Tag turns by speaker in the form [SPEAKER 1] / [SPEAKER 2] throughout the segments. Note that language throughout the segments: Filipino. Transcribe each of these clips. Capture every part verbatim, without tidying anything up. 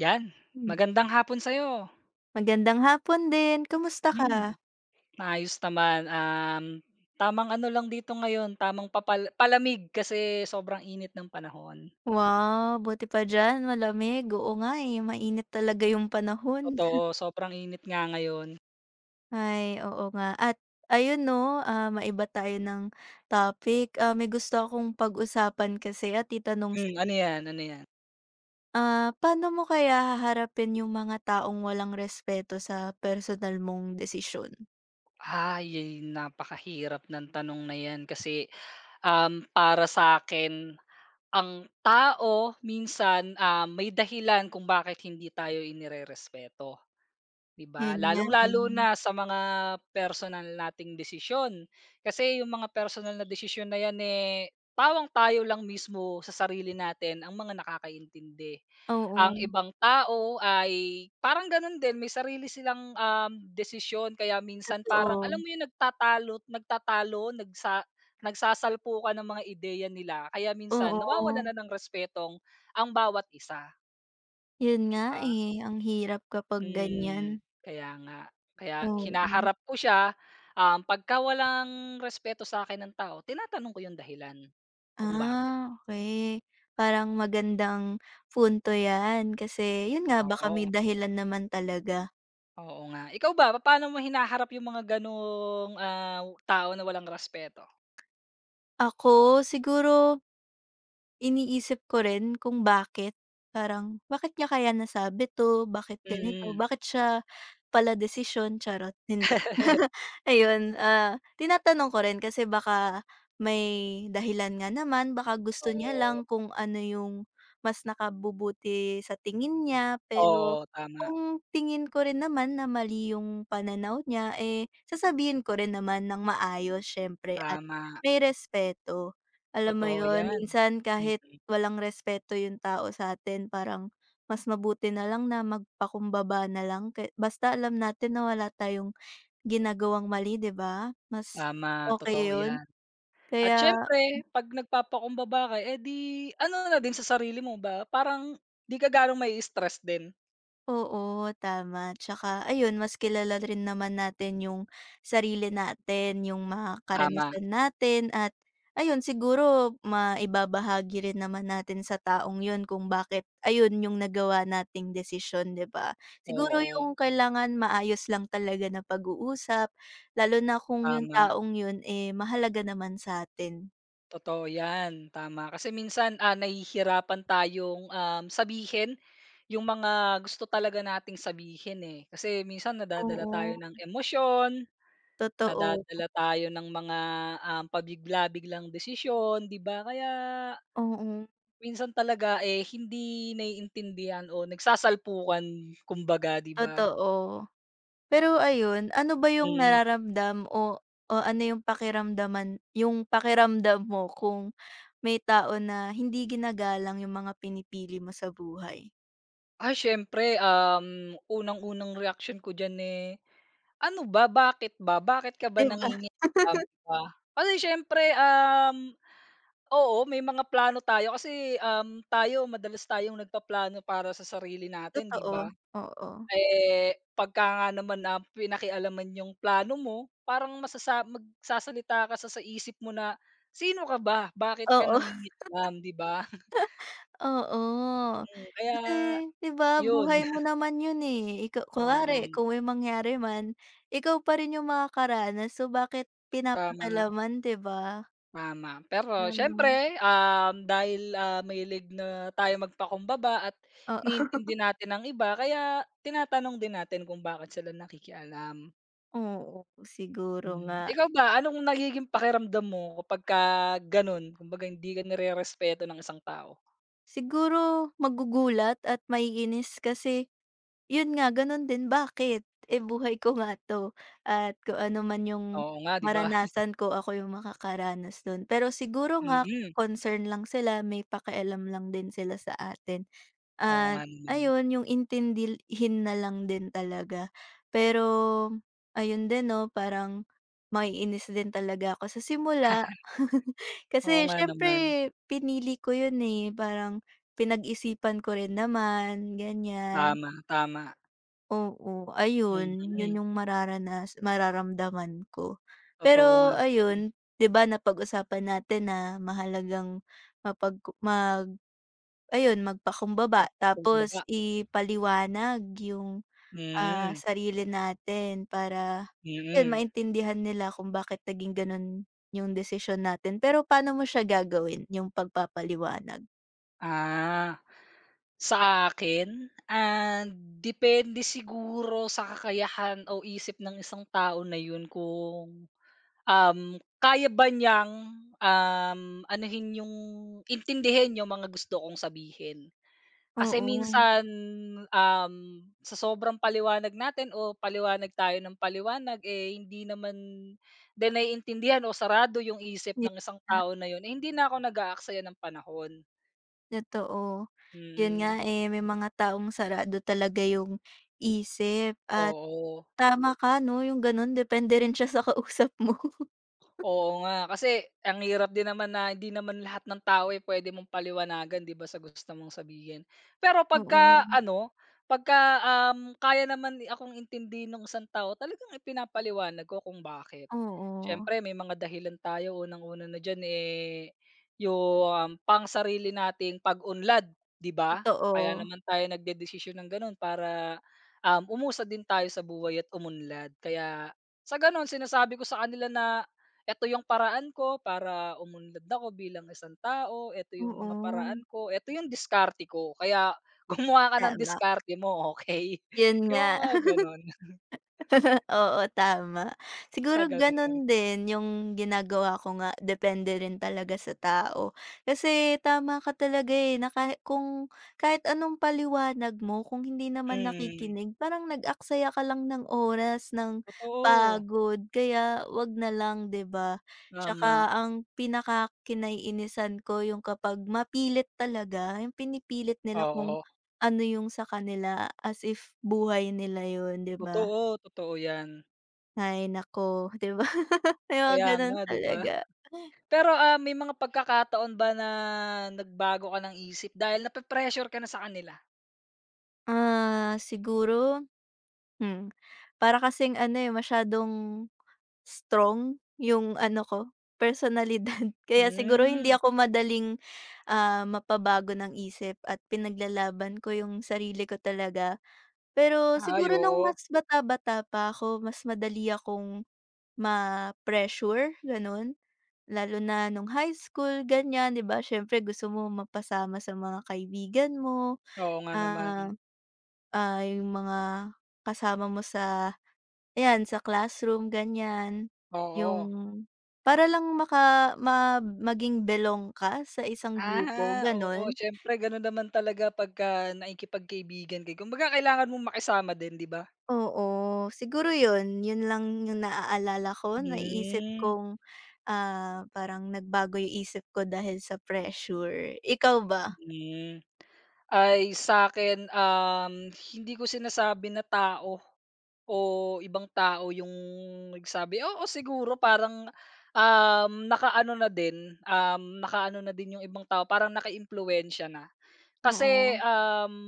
[SPEAKER 1] 'Yan,
[SPEAKER 2] Hmm,
[SPEAKER 1] magandang hapon sa'yo.
[SPEAKER 2] magandang hapon din, kamusta ka?
[SPEAKER 1] Hmm. Maayos naman, um, tamang ano lang dito ngayon, tamang papal palamig kasi sobrang init ng panahon.
[SPEAKER 2] Wow, buti pa diyan malamig, oo nga, eh, mainit talaga yung panahon.
[SPEAKER 1] Totoo, sobrang init nga ngayon.
[SPEAKER 2] Ay, oo nga at ayun 'no, ah, maiba tayo ng topic, ah, may gusto akong pag-usapan kasi at itanong
[SPEAKER 1] Hmm,
[SPEAKER 2] sa'yo.
[SPEAKER 1] ano 'yan, ano 'yan?
[SPEAKER 2] Ah, paano mo kaya haharapin yung mga taong walang respeto sa personal mong desisyon?
[SPEAKER 1] Ay, napakahirap ng tanong na 'yan kasi, um, para sa akin ang tao minsan, ah, may dahilan kung bakit hindi tayo inirerespeto. 'Di
[SPEAKER 2] Yun
[SPEAKER 1] ba?
[SPEAKER 2] nga, eh.
[SPEAKER 1] Lalong-lalo na sa mga personal nating desisyon. Kasi yung mga personal na desisyon na yan, eh, tawang tayo lang mismo sa sarili natin ang mga nakakaintindi.
[SPEAKER 2] Oo,
[SPEAKER 1] Ang ibang tao ay parang gano'n din, may sarili silang, um, desisyon kaya minsan parang
[SPEAKER 2] totoo.
[SPEAKER 1] alam mo yung nagtatalo nagtatalo, nagsa nagsasalpukan ng mga ideya nila kaya minsan
[SPEAKER 2] Oo,
[SPEAKER 1] nawawalan na ng respetong ang bawat isa,
[SPEAKER 2] yun
[SPEAKER 1] 'di
[SPEAKER 2] nga,
[SPEAKER 1] ba?
[SPEAKER 2] eh, ang hirap kapag ganyan,
[SPEAKER 1] Mm, kaya nga. Kaya
[SPEAKER 2] oo.
[SPEAKER 1] hinaharap ko siya, um, pagka walang respeto sa'kin ng tao tinatanong ko yung dahilan kung bakit.
[SPEAKER 2] Ah, okay. Parang magandang punto 'yan kasi 'yun nga baka may
[SPEAKER 1] Oo,
[SPEAKER 2] dahilan naman talaga.
[SPEAKER 1] oo nga. Ikaw ba, papaano mo hinaharap yung mga gano'ng, ah, tao na walang respeto?
[SPEAKER 2] Ako siguro, iniisip ko rin kung bakit, parang bakit niya kaya nasabi 'to, bakit ganito,
[SPEAKER 1] Mm,
[SPEAKER 2] bakit siya pala desisyon, charot, hindi. Ayun, ah, tinatanong ko rin kasi baka may dahilan nga naman, baka gusto niya
[SPEAKER 1] oo.
[SPEAKER 2] lang kung ano yung mas nakabubuti sa tingin niya. Pero
[SPEAKER 1] Oo, tama,
[SPEAKER 2] kung tingin ko rin naman na mali yung pananaw niya, eh, sasabihin ko rin naman ng maayos siyempre at
[SPEAKER 1] tama.
[SPEAKER 2] may respeto. Alam mo
[SPEAKER 1] Totoo
[SPEAKER 2] yon
[SPEAKER 1] 'yan.
[SPEAKER 2] minsan kahit
[SPEAKER 1] Mm,
[SPEAKER 2] walang respeto yung tao sa atin parang mas mabuti na lang na magpakumbaba na lang ke basta alam natin na wala tayong ginagawang mali, 'di ba? Mas
[SPEAKER 1] tama, totoo
[SPEAKER 2] okay yun,
[SPEAKER 1] 'yan. At
[SPEAKER 2] kaya.
[SPEAKER 1] siyempre 'pag nagpapakumbaba ka, eh, di ano na din sa sarili mo ba, parang 'di ka gaanong may stress din.
[SPEAKER 2] Oo, tama. Tsaka ayun, mas kilala rin naman natin yung sarili natin, yung mga
[SPEAKER 1] Tama.
[SPEAKER 2] karanasan natin at ayun, siguro maibabahagi rin naman natin sa taong yun kung bakit ayun yung nagawa nating desisyon, 'di ba? Siguro
[SPEAKER 1] Oo,
[SPEAKER 2] yung kailangan maayos lang talaga na pag-uusap, lalo na kung yung
[SPEAKER 1] tama.
[SPEAKER 2] taong yun, eh, mahalaga naman sa sa'tin.
[SPEAKER 1] Totoo 'yan, tama. Kasi minsan, ah, nahihirapan tayong, um, sabihin yung mga gusto talaga nating sabihin, eh. Kasi minsan nadadala tayo ng
[SPEAKER 2] Oo,
[SPEAKER 1] emosyon,
[SPEAKER 2] totoo.
[SPEAKER 1] nadadala tayo ng mga, um, pabigla-biglang desisyon, 'di ba? Kaya
[SPEAKER 2] Oo,
[SPEAKER 1] minsan talaga, eh, hindi naiintindihan o nagsasalpukan kumbaga, 'di ba?
[SPEAKER 2] totoo. Pero ayun, ano ba yung
[SPEAKER 1] Mm.
[SPEAKER 2] nararamdam o o ano yung pakiramdaman yung pakiramdam mo kung may tao na hindi ginagalang yung mga pinipili mo sa buhay,
[SPEAKER 1] Ay siyempre, um, unang-unang reaksyon ko diyan, eh. Ano ba, bakit ba? Bakit ka ba
[SPEAKER 2] 'di ba?
[SPEAKER 1] nangingialam, 'di ba? Kasi siyempre, um, oo, may mga plano tayo kasi, um, tayo madalas tayong nagpaplano para sa sarili natin, 'di
[SPEAKER 2] Totoo,
[SPEAKER 1] ba?
[SPEAKER 2] oo.
[SPEAKER 1] Eh, pagka nga naman na pinakialaman yung plano mo, parang masasa magsasalita ka sa sa isip mo na, "Sino ka ba? Bakit ka
[SPEAKER 2] Oo,
[SPEAKER 1] nangingialam?" 'Di ba?
[SPEAKER 2] oo.
[SPEAKER 1] Mm, kaya
[SPEAKER 2] Kasi 'di ba
[SPEAKER 1] yun.
[SPEAKER 2] buhay mo naman yun, eh, ikaw kunwari
[SPEAKER 1] Oo,
[SPEAKER 2] kung may mangyari man, ikaw pa rin yung makakaranas so bakit
[SPEAKER 1] tama.
[SPEAKER 2] pinapakialaman, 'di ba?
[SPEAKER 1] Tama. Pero
[SPEAKER 2] Tama,
[SPEAKER 1] siyempre, um, dahil, ah, mahilig na tayo magpakumbaba at
[SPEAKER 2] oo.
[SPEAKER 1] iniintindi natin ang iba kaya tinatanong din natin kung bakit sila nakikialam.
[SPEAKER 2] Oo, siguro nga.
[SPEAKER 1] Hmm, ikaw ba anong nagiging pakiramdam mo kapagka gano'n, kumbaga hindi ka respeto ng isang tao?
[SPEAKER 2] Siguro magugulat at maiinis kasi yun nga ganun din, bakit? Eh, buhay ko nga 'to at kung ano man yung
[SPEAKER 1] Oo nga, 'di ba?
[SPEAKER 2] maranasan ko, ako yung makakaranas nun. Pero siguro nga
[SPEAKER 1] Mm.
[SPEAKER 2] concern lang sila, may pakialam lang din sila sa atin.
[SPEAKER 1] Oo nga
[SPEAKER 2] At
[SPEAKER 1] naman.
[SPEAKER 2] ayun, yung intindihin na lang din talaga. Pero ayun din 'no, parang maiinis din talaga ako sa simula.
[SPEAKER 1] Oo
[SPEAKER 2] Kasi
[SPEAKER 1] nga
[SPEAKER 2] siyempre
[SPEAKER 1] naman.
[SPEAKER 2] pinili ko yun, eh, parang pinag-isipan ko rin naman, ganyan.
[SPEAKER 1] Tama, tama.
[SPEAKER 2] Oo, ayun, yun
[SPEAKER 1] Mm.
[SPEAKER 2] yung mararanas mararamdaman ko.
[SPEAKER 1] Totoo nga.
[SPEAKER 2] Pero ayun, 'di ba napag-usapan natin na mahalagang mapag mag ayun, magpakumbaba
[SPEAKER 1] Magpakumbaba.
[SPEAKER 2] tapos ipaliwanag yung, ah,
[SPEAKER 1] Mm,
[SPEAKER 2] sarili natin para yun
[SPEAKER 1] mm.
[SPEAKER 2] maintindihan nila kung bakit naging ganun yung desisyon natin. Pero paano mo siya gagawin, yung pagpapaliwanag?
[SPEAKER 1] Ah. Sa akin? Ah, depende siguro sa kakayahan o isip ng isang tao na yun kung, um, kaya ba niyang, um, anuhin yung intindihin yung mga gusto kong sabihin. Kasi
[SPEAKER 2] Oo,
[SPEAKER 1] minsan, um, sa sobrang paliwanag natin o paliwanag tayo ng paliwanag, eh, hindi naman din naiintindihan o sarado yung isip
[SPEAKER 2] yun.
[SPEAKER 1] ng isang tao na yun, eh, hindi na ako nag-aaksaya ng panahon.
[SPEAKER 2] Totoo. Yun
[SPEAKER 1] Mm,
[SPEAKER 2] nga, eh, may mga taong sarado talaga yung isip at
[SPEAKER 1] oo.
[SPEAKER 2] tama ka 'no, yung gano'n depende rin siya sa kausap mo.
[SPEAKER 1] Oo nga, kasi ang hirap din naman na hindi naman lahat ng tao ay pwede mong paliwanagan 'di ba sa gusto mong sabihin. Pero pagka
[SPEAKER 2] Oo,
[SPEAKER 1] ano, pagka, um, kaya naman ni- akong intindihin ng isang tao talagang ipinapaliwanag ko kung bakit.
[SPEAKER 2] oo,
[SPEAKER 1] Siyempre may mga dahilan tayo unang-una na diyan, eh, yung pang-sarili nating pag-unlad 'di ba? Kaya
[SPEAKER 2] totoo,
[SPEAKER 1] naman tayo nagdedesisyon ng gano'n para, um, umusad din tayo sa buhay at umunlad. Kaya sa gano'n sinasabi ko sa kanila na eto yung paraan ko para umunlad ako bilang isang tao, eto yung mga
[SPEAKER 2] oo,
[SPEAKER 1] paraan ko, eto yung diskarte ko kaya gumawa ka ng
[SPEAKER 2] tama,
[SPEAKER 1] diskarte mo, okay.
[SPEAKER 2] yun
[SPEAKER 1] Yung
[SPEAKER 2] nga.
[SPEAKER 1] mga gano'n,
[SPEAKER 2] Oo, tama.
[SPEAKER 1] sa
[SPEAKER 2] Siguro
[SPEAKER 1] gano'n.
[SPEAKER 2] gano'n din yung ginagawa ko nga, depende rin talaga sa tao. Kasi tama ka talaga, eh, na kahit kung kahit anong paliwanag mo kung hindi naman
[SPEAKER 1] Mm,
[SPEAKER 2] nakikinig parang nag-aksaya ka lang ng oras, ng
[SPEAKER 1] totoo,
[SPEAKER 2] pagod, kaya 'wag na lang, 'di ba? Tsaka
[SPEAKER 1] tama,
[SPEAKER 2] ang pinakakinaiinisan ko yung kapag mapilit talaga, yung pinipilit nila kung
[SPEAKER 1] oo.
[SPEAKER 2] ano yung sa kanila as if buhay nila yun, 'di ba?
[SPEAKER 1] Totoo, totoo 'yan.
[SPEAKER 2] Ay naku, 'di ba? May mga
[SPEAKER 1] Kaya
[SPEAKER 2] gano'n
[SPEAKER 1] nga, 'di ba?
[SPEAKER 2] talaga.
[SPEAKER 1] Pero, ah, may mga pagkakataon ba na nagbago ka ng isip dahil nape-pressure ka na sa kanila?
[SPEAKER 2] Ah, siguro, hmm, para kasing ano, eh, masyadong strong yung ano ko, personalidad. Kaya siguro hindi
[SPEAKER 1] Hmm,
[SPEAKER 2] ako madaling, ah, mapabago ng isip at pinaglalaban ko yung sarili ko talaga. Pero
[SPEAKER 1] ay
[SPEAKER 2] siguro nung
[SPEAKER 1] oo.
[SPEAKER 2] mas bata-bata pa ako, mas madali akong ma-pressure, gano'n. Lalo na nung high school ganyan, 'di ba siyempre gusto mo mapasama sa mga kaibigan mo,
[SPEAKER 1] Oo nga naman,
[SPEAKER 2] ah, ah, yung mga kasama mo sa ayan sa classroom ganyan. Yung
[SPEAKER 1] oo.
[SPEAKER 2] para lang maka ma maging belong ka sa isang grupo
[SPEAKER 1] Ah, oo
[SPEAKER 2] gano'n.
[SPEAKER 1] siyempre gano'n naman talaga pagka nakikipagkaibigan kayo kumbaga kailangan mong makisama din 'di ba?
[SPEAKER 2] Oo, siguro 'yun, 'yun lang yung naaalala ko, naiisip
[SPEAKER 1] Hmm,
[SPEAKER 2] kong, ah, parang nagbago yung isip ko dahil sa pressure. Ikaw ba?
[SPEAKER 1] hmm. Ay sa'kin, um, hindi ko sinasabi na tao o ibang tao yung nagsabi, oo siguro parang, um, nakaano na din, um, nakaano na din yung ibang tao parang nakaiimpluwensiya na.
[SPEAKER 2] Oo,
[SPEAKER 1] Kasi, um.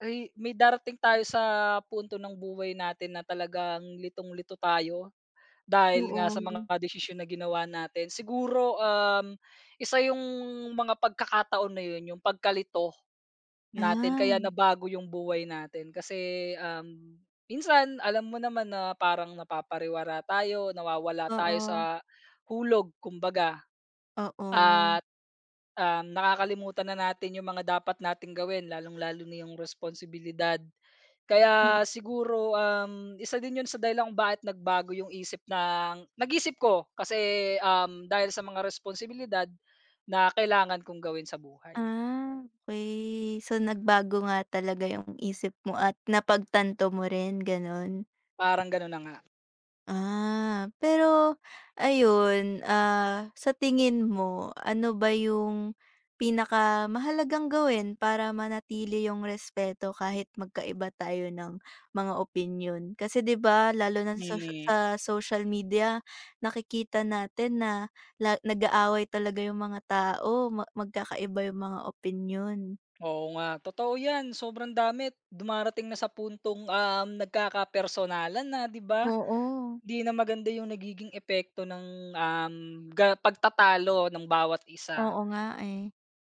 [SPEAKER 1] Ay, may darating tayo sa punto ng buhay natin na talagang litong-lito tayo dahil nga
[SPEAKER 2] oo.
[SPEAKER 1] sa mga desisyon na ginawa natin. Siguro, um, isa yung mga pagkakataon na yun, yung pagkalito natin
[SPEAKER 2] Ah,
[SPEAKER 1] kaya nabago yung buhay natin. Kasi um, minsan, alam mo naman na parang napapariwara tayo, nawawala tayo sa
[SPEAKER 2] oo,
[SPEAKER 1] hulog, kumbaga.
[SPEAKER 2] oo.
[SPEAKER 1] At Um, nakakalimutan na natin yung mga dapat nating gawin lalong-lalo na yung responsibilidad.
[SPEAKER 2] Mm,
[SPEAKER 1] Kaya siguro, um, isa din yun sa dahilan kung bakit nagbago yung isip ng nag-isip ko kasi, um, dahil sa mga responsibilidad na kailangan kong gawin sa buhay.
[SPEAKER 2] ah, okey. So, nagbago nga talaga yung isip mo at napagtanto mo rin, gano'n?
[SPEAKER 1] Parang gano'n na nga.
[SPEAKER 2] Ah, pero ayun, ah, sa tingin mo ano ba yung pinakamahalagang gawin para manatili yung respeto kahit magkaiba tayo ng mga opinyon? Kasi 'di ba lalo na sa
[SPEAKER 1] Mm,
[SPEAKER 2] sa social media nakikita natin na la nag-aaway talaga yung mga tao, ma magkakaiba yung mga opinyon.
[SPEAKER 1] oo nga, totoo yan sobrang dami dumarating na sa puntong, um, nagkakapersonalan na, 'di ba?
[SPEAKER 2] Oo.
[SPEAKER 1] Hindi na maganda yung nagiging epekto ng, um, ga pagtatalo ng bawat isa.
[SPEAKER 2] Oo nga eh.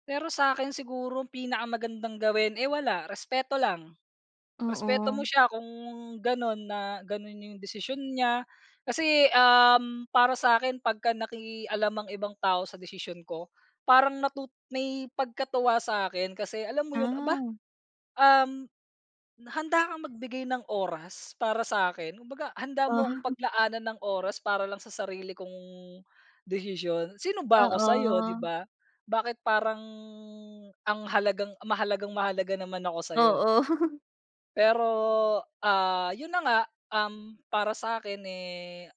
[SPEAKER 1] Pero sa akin siguro ang pinakamagandang gawin, eh, wala, respeto lang. Respeto mo
[SPEAKER 2] Oo.
[SPEAKER 1] siya kung gano'n na gano'n yung desisyon niya. Kasi, um, para sa'kin pagka nakialam ang ibang tao sa desisyon ko, parang natut may pagkatuwa sa akin. Kasi alam mo yun, "Aba,
[SPEAKER 2] Ah,
[SPEAKER 1] um, handa kang magbigay ng oras para sa akin kumbaga handa
[SPEAKER 2] oo.
[SPEAKER 1] mo akong paglaanan ng oras para lang sa sarili kong desisyon. Sino ba ako sa'yo, 'di
[SPEAKER 2] Oo.
[SPEAKER 1] ba? Bakit parang ang halagang mahalagang mahalaga naman ako sa'yo?"
[SPEAKER 2] Oo.
[SPEAKER 1] Pero, ah, 'yun na nga, um, para sa akin eh,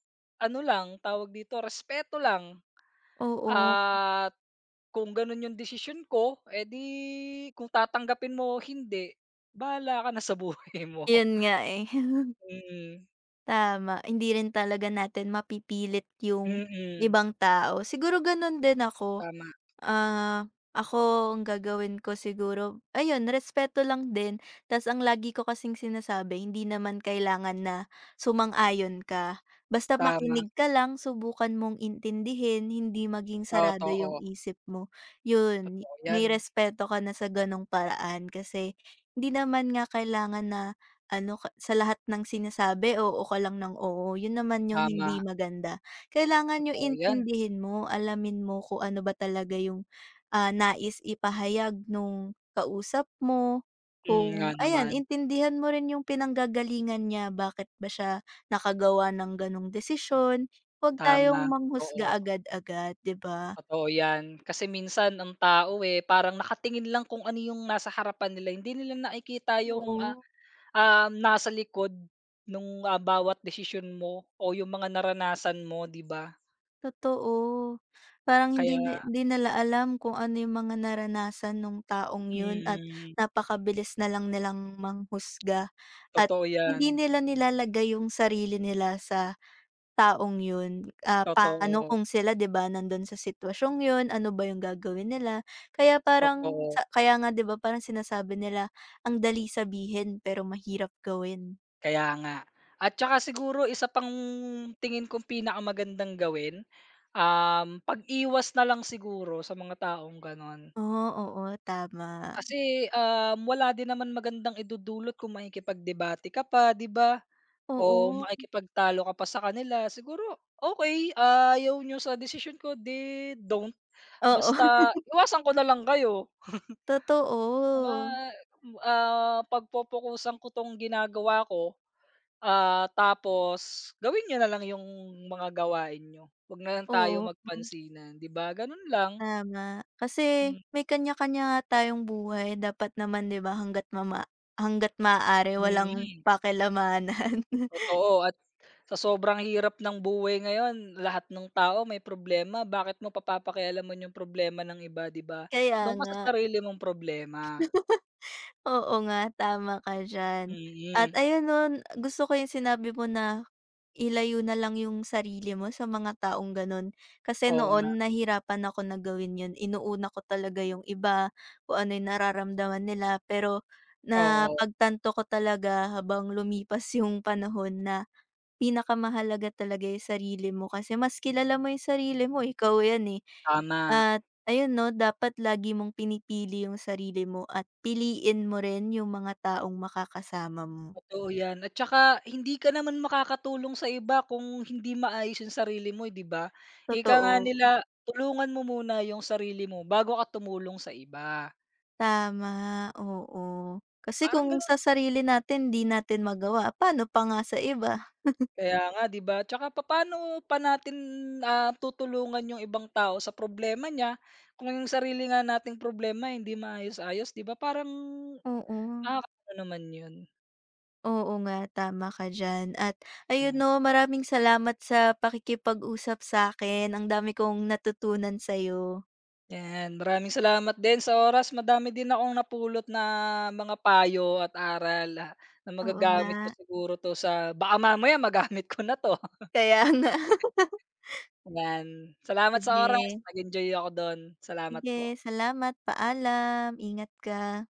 [SPEAKER 1] ano lang, tawag dito, respeto lang
[SPEAKER 2] Oo,
[SPEAKER 1] at kung gano'n 'yung desisyon ko, edi kung tatanggapin mo o hindi, bahala ka na sa buhay mo.
[SPEAKER 2] yun nga, eh.
[SPEAKER 1] Mm.
[SPEAKER 2] Tama, hindi rin talaga natin mapipilit yung
[SPEAKER 1] Mm,
[SPEAKER 2] ibang tao. Siguro ganun din ako.
[SPEAKER 1] tama,
[SPEAKER 2] Ah, ako ang gagawin ko siguro, ayun respeto lang din ta's ang lagi ko kasing sinasabi hindi naman kailangan na sumang-ayon ka. Basta
[SPEAKER 1] tama,
[SPEAKER 2] makinig ka lang, subukan mong intindihin, hindi maging sarado yung
[SPEAKER 1] totoo,
[SPEAKER 2] isip mo. Yun,
[SPEAKER 1] totoo yan,
[SPEAKER 2] may respeto ka na sa ganong paraan kasi hindi naman nga kailangan na ano ka sa lahat ng sinasabi oo ka lang ng oo, yun naman yung hindi
[SPEAKER 1] tama,
[SPEAKER 2] maganda. Kailangan yung
[SPEAKER 1] totoo yan,
[SPEAKER 2] intindihin mo, alamin mo kung ano ba talaga yung, ah, nais ipahayag nung kausap mo,
[SPEAKER 1] hmm, nga
[SPEAKER 2] kung ayan
[SPEAKER 1] naman,
[SPEAKER 2] intindihan mo rin yung pinanggagalingan niya, bakit ba siya nakagawa ng ganong desisyon. Huwag
[SPEAKER 1] tama,
[SPEAKER 2] tayong
[SPEAKER 1] totoo,
[SPEAKER 2] manghusga agad-agad, 'di ba?
[SPEAKER 1] totoo yan. Kasi minsan ang tao, eh, parang nakatingin lang kung ano yung nasa harapan nila, hindi nila nakikita yung, ah,
[SPEAKER 2] Oo.
[SPEAKER 1] ah, nasa likod nung, ah, bawat desisyon mo o yung mga naranasan mo, 'di ba?
[SPEAKER 2] Totoo, parang hindi ni
[SPEAKER 1] Kaya
[SPEAKER 2] hindi nila alam kung ano yung mga naranasan nung taong yun at
[SPEAKER 1] mm,
[SPEAKER 2] napakabilis na lang nilang manghusga at
[SPEAKER 1] totoo yan,
[SPEAKER 2] hindi nila nilalagay yung sarili nila sa taong yun. Ah, paano
[SPEAKER 1] totoo,
[SPEAKER 2] kung sila 'di ba nandun sa sitwasyong yun, ano ba yung gagawin nila? Kaya parang
[SPEAKER 1] totoo.
[SPEAKER 2] sa kaya nga 'di ba parang sinasabi nila, "Ang dali sabihin pero mahirap gawin."
[SPEAKER 1] Kaya nga. At saka siguro isa pang tingin kong pinakamagandang gawin, um, pag-iwas na lang siguro sa mga taong gano'n.
[SPEAKER 2] Oh, oo, tama.
[SPEAKER 1] Kasi, um, wala din naman magandang idudulot kung makikipagdebate ka pa, 'di ba? O
[SPEAKER 2] Oo,
[SPEAKER 1] makikipagtalo ka pa sa kanila. Siguro, okay ayaw niyo sa decision ko, 'di don't.
[SPEAKER 2] oo
[SPEAKER 1] Basta iwasan ko na lang kayo.
[SPEAKER 2] totoo.
[SPEAKER 1] Ah, ah, pagpopokusan ko 'tong ginagawa ko. Ah, tapos gawin niyo na lang yung mga gawain niyo. 'Wag na lang tayo
[SPEAKER 2] Oo,
[SPEAKER 1] magpansinan, 'di ba, gano'n lang.
[SPEAKER 2] tama. Kasi
[SPEAKER 1] Hmm,
[SPEAKER 2] may kanya-kanya nga tayong buhay dapat naman 'di ba hangga't mama hangga't maaari walang
[SPEAKER 1] mm,
[SPEAKER 2] pakilamanan.
[SPEAKER 1] totoo at sa sobrang hirap ng buhay ngayon lahat ng tao may problema, bakit mo pa papakialaman yung problema ng iba, 'di ba?
[SPEAKER 2] Kaya
[SPEAKER 1] Do'n ka
[SPEAKER 2] nga,
[SPEAKER 1] sa sarili mong problema.
[SPEAKER 2] oo nga tama ka diyan. At
[SPEAKER 1] Mm,
[SPEAKER 2] ayun nun, gusto ko yung sinabi mo na ilayo na lang yung sarili mo sa mga taong gano'n. Kasi
[SPEAKER 1] oo nga,
[SPEAKER 2] noon nahirapan ako na gawin 'yun, inuuna ko talaga yung iba, kung ano yung nararamdaman nila pero na
[SPEAKER 1] oo,
[SPEAKER 2] pagtanto ko talaga habang lumipas yung panahon na pinakamahalaga talaga yung sarili mo kasi mas kilala mo yung sarili mo, ikaw yan, eh.
[SPEAKER 1] tama.
[SPEAKER 2] At ayun 'no, dapat lagi mong pinipili yung sarili mo at piliin mo rin yung mga taong makakasama mo.
[SPEAKER 1] Totoo yan at saka hindi ka naman makakatulong sa iba kung hindi maayos yung sarili mo, eh, 'di ba? Ika
[SPEAKER 2] Totoo,
[SPEAKER 1] nga nila, tulungan mo muna yung sarili mo bago ka tumulong sa iba,
[SPEAKER 2] tama, oo. Kasi
[SPEAKER 1] parang
[SPEAKER 2] kung
[SPEAKER 1] gano'n.
[SPEAKER 2] sa sarili natin 'di natin magawa, paano pa nga sa iba?
[SPEAKER 1] Kaya nga, 'di ba? Tsaka paano pa natin, ah, tutulungan yung ibang tao sa problema niya kung yung sarili nga nating problema hindi maayos-ayos, 'di ba? Parang
[SPEAKER 2] Oo,
[SPEAKER 1] nakakaano naman yun.
[SPEAKER 2] oo nga, tama ka diyan. At ayun
[SPEAKER 1] Hmm.
[SPEAKER 2] 'no, maraming salamat sa pakikipag-usap sa akin, ang dami kong natutunan sa'yo.
[SPEAKER 1] 'Yan, maraming salamat din sa oras. Madami din akong napulot na mga payo at aral ah, na
[SPEAKER 2] Oo nga.
[SPEAKER 1] magagamit ko siguro 'to sa baka mamaya magamit ko na 'to,
[SPEAKER 2] Kaya nga.
[SPEAKER 1] 'yan. Salamat sa oras,
[SPEAKER 2] Sige.
[SPEAKER 1] nag-enjoy ako do'n. Salamat
[SPEAKER 2] Sige,
[SPEAKER 1] po.
[SPEAKER 2] salamat, paalam, ingat ka.